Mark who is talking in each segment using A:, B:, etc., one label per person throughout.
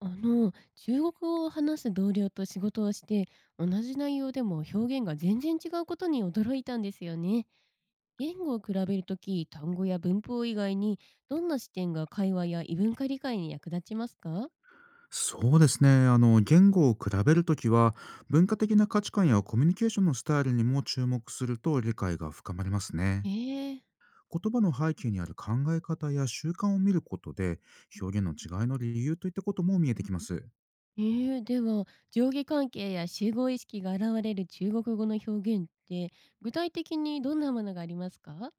A: 中国語を話す同僚と仕事をして、同じ内容でも表現が全然違うことに驚いたんですよね。言語を比べるとき、単語や文法以外に、どんな視点が会話や異文化理解に役立ちますか？
B: そうですね。言語を比べるときは、文化的な価値観やコミュニケーションのスタイルにも注目すると理解が深まります
A: え
B: ね。
A: ー、
B: 言葉の背景にある考え方や習慣を見ることで、表現の違いの理由といったことも見えてきます。
A: では、上下関係や集合意識が現れる中国語の表現って、具体的にどんなものがありますか？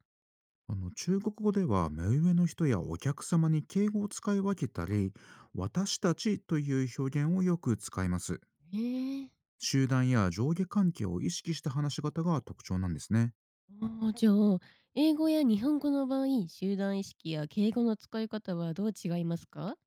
B: 中国語では、目上の人やお客様に敬語を使い分けたり、私たちという表現をよく使います。
A: えー
B: 集団や上下関係を意識した話し方が特徴なんですね。
A: ああ、じゃあ、英語や日本語の場合、集団意識や敬語の使い方はどう違いますか？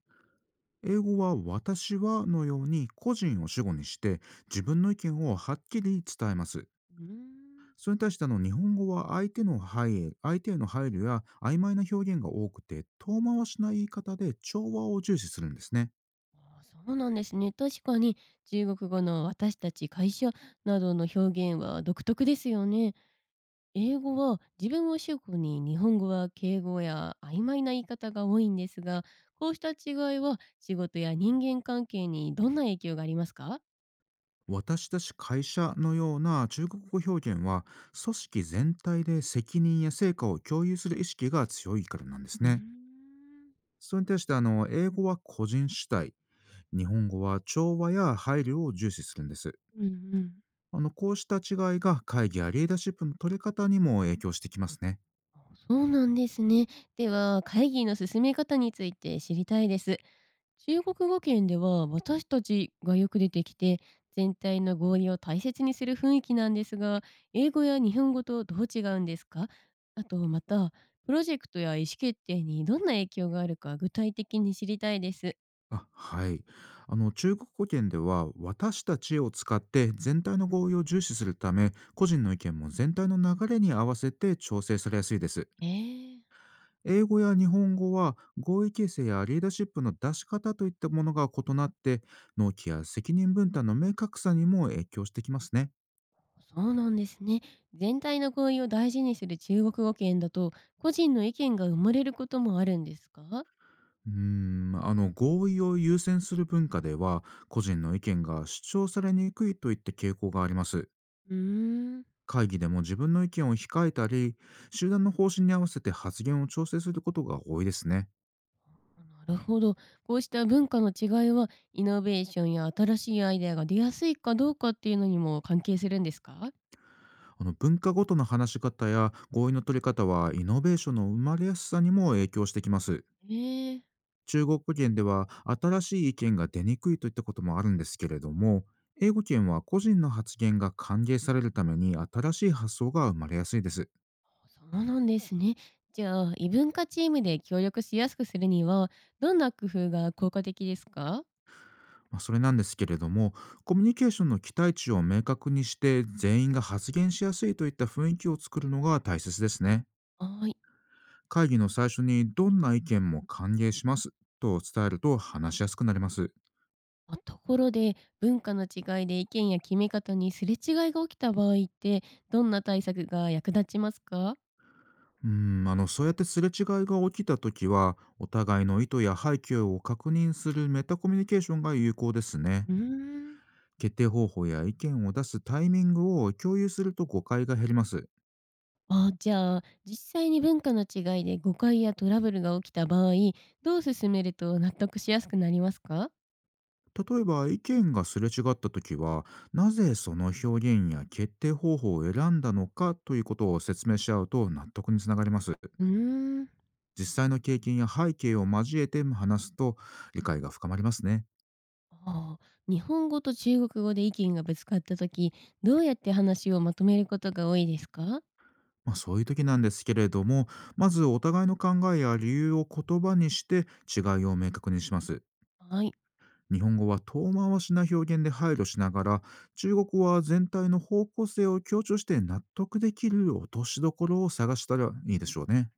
B: 英語は私はのように個人を主語にして自分の意見をはっきり伝えます。
A: うーん。
B: それに対して日本語は相手への配慮や曖昧な表現が多くて遠回しな言い方で調和を重視するんですね。
A: ああ、そうなんですね。確かに中国語の私たち会社などの表現は独特ですよね。英語は自分を主語に、日本語は敬語や曖昧な言い方が多いんですが、こうした違いは仕事や人間関係にどんな影響がありますか？
B: 私たち会社のような中国語表現は組織全体で責任や成果を共有する意識が強いからなんです
A: うーん。
B: ね。それに対して英語は個人主体、日本語は調和や配慮を重視するんです。
A: うん。うん。
B: こうした違いが会議やリーダーシップの取り方にも影響してきますね。
A: そうなんですね。では、会議の進め方について知りたいです。中国語圏では私たちがよく出てきて、全体の合意を大切にする雰囲気なんですが、英語や日本語とどう違うんですか？あと、また、プロジェクトや意思決定にどんな影響があるか具体的に知りたいです。
B: あはい。中国語圏では、私たちを使って全体の合意を重視するため、個人の意見も全体の流れに合わせて調整されやすいです。
A: えー、
B: 英語や日本語は、合意形成やリーダーシップの出し方といったものが異なって、納期や責任分担の明確さにも影響してきますね。
A: そうなんですね。全体の合意を大事にする中国語圏だと、個人の意見が生まれることもあるんですか？
B: うーんまあの合意を優先する文化では個人の意見が主張されにくいといった傾向があります。
A: うーん。
B: 会議でも自分の意見を控えたり、集団の方針に合わせて発言を調整することが多いですね。
A: なるほど。こうした文化の違いは、イノベーションや新しいアイデアが出やすいかどうかっていうのにも関係するんですか？
B: 文化ごとの話し方や合意の取り方はイノベーションの生まれやすさにも影響してきます。
A: ええ。
B: 中国圏では新しい意見が出にくいといったこともあるんですけれども、英語圏は個人の発言が歓迎されるために新しい発想が生まれやすいです。
A: そうなんですね。じゃあ、異文化チームで協力しやすくするには、どんな工夫が効果的ですか？
B: まあ、それなんですけれども、コミュニケーションの期待値を明確にして、全員が発言しやすいといった雰囲気を作るのが大切ですね。
A: はい。
B: 会議の最初に、どんな意見も歓迎しますと伝えると話しやすくなります。
A: あ、ところで、文化の違いで意見や決め方にすれ違いが起きた場合って、どんな対策が役立ちますか？
B: うん、そうやってすれ違いが起きたときは、お互いの意図や背景を確認するメタコミュニケーションが有効ですね。
A: うーん。
B: 決定方法や意見を出すタイミングを共有すると誤解が減ります。
A: あ、じゃあ、実際に文化の違いで誤解やトラブルが起きた場合、どう進めると納得しやすくなりますか？
B: 例えば意見がすれ違った時は、なぜその表現や決定方法を選んだのかということを説明し合うと納得につながります。
A: うーん。
B: 実際の経験や背景を交えて話すと理解が深まりますね。
A: ああ、日本語と中国語で意見がぶつかった時、どうやって話をまとめることが多いですか？
B: まあそういう時なんですけれども、まずお互いの考えや理由を言葉にして違いを明確にします。
A: はい、
B: 日本語は遠回しな表現で配慮しながら、中国語は全体の方向性を強調して納得できる落としどころを探したらいいでしょうね。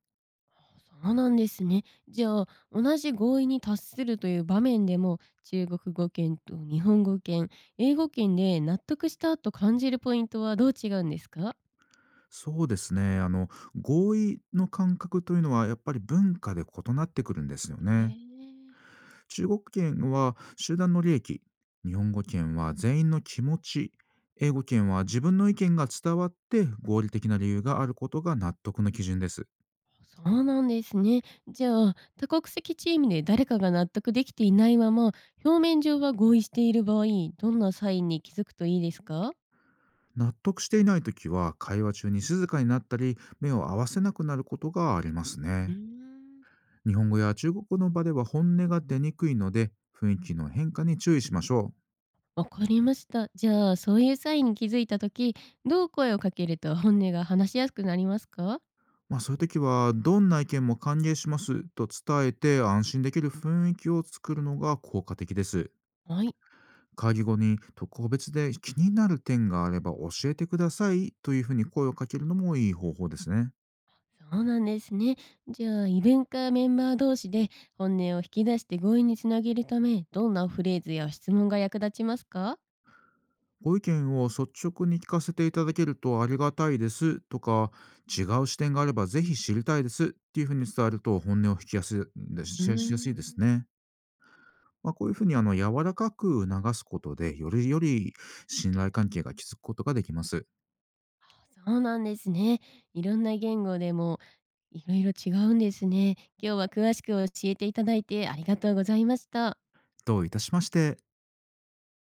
A: そうなんですね。じゃあ、同じ合意に達するという場面でも、中国語圏と日本語圏、英語圏で納得したと感じるポイントはどう違うんですか？
B: そうですね。合意の感覚というのはやっぱり文化で異なってくるんですよ
A: へ
B: ね。
A: え。
B: 中国圏は集団の利益、日本語圏は全員の気持ち、英語圏は自分の意見が伝わって合理的な理由があることが納得の基準です。
A: そうなんですね。じゃあ、多国籍チームで誰かが納得できていないまま、表面上は合意している場合、どんなサインに気づくといいですか？
B: 納得していないときは会話中に静かになったり目を合わせなくなることがあります
A: うー
B: ね。
A: ん。
B: 日本語や中国語の場では本音が出にくいので、雰囲気の変化に注意しましょう。
A: わかりました。じゃあ、そういうサインに気づいたとき、どう声をかけると本音が話しやすくなりますか？
B: まあ、そういう時は、どんな意見も歓迎しますと伝えて安心できる雰囲気を作るのが効果的です。
A: はい、
B: 会議後に特別で気になる点があれば教えてくださいというふうに声をかけるのもいい方法ですね。
A: そうなんですね。じゃあ、イベントメンバー同士で本音を引き出して合意につなげるため、どんなフレーズや質問が役立ちますか？
B: ご意見を率直に聞かせていただけるとありがたいですとか、違う視点があればぜひ知りたいですっていうふうに伝えると本音を引きやすい
A: うー
B: ししやすいで
A: ん。
B: すね。まあ、こういうふうに柔らかく促すことで、より信頼関係が築くことができます。
A: そうなんですね。いろんな言語でもいろいろ違うんですね。今日は詳しく教えていただいてありがとうございました。
B: どういたしまして。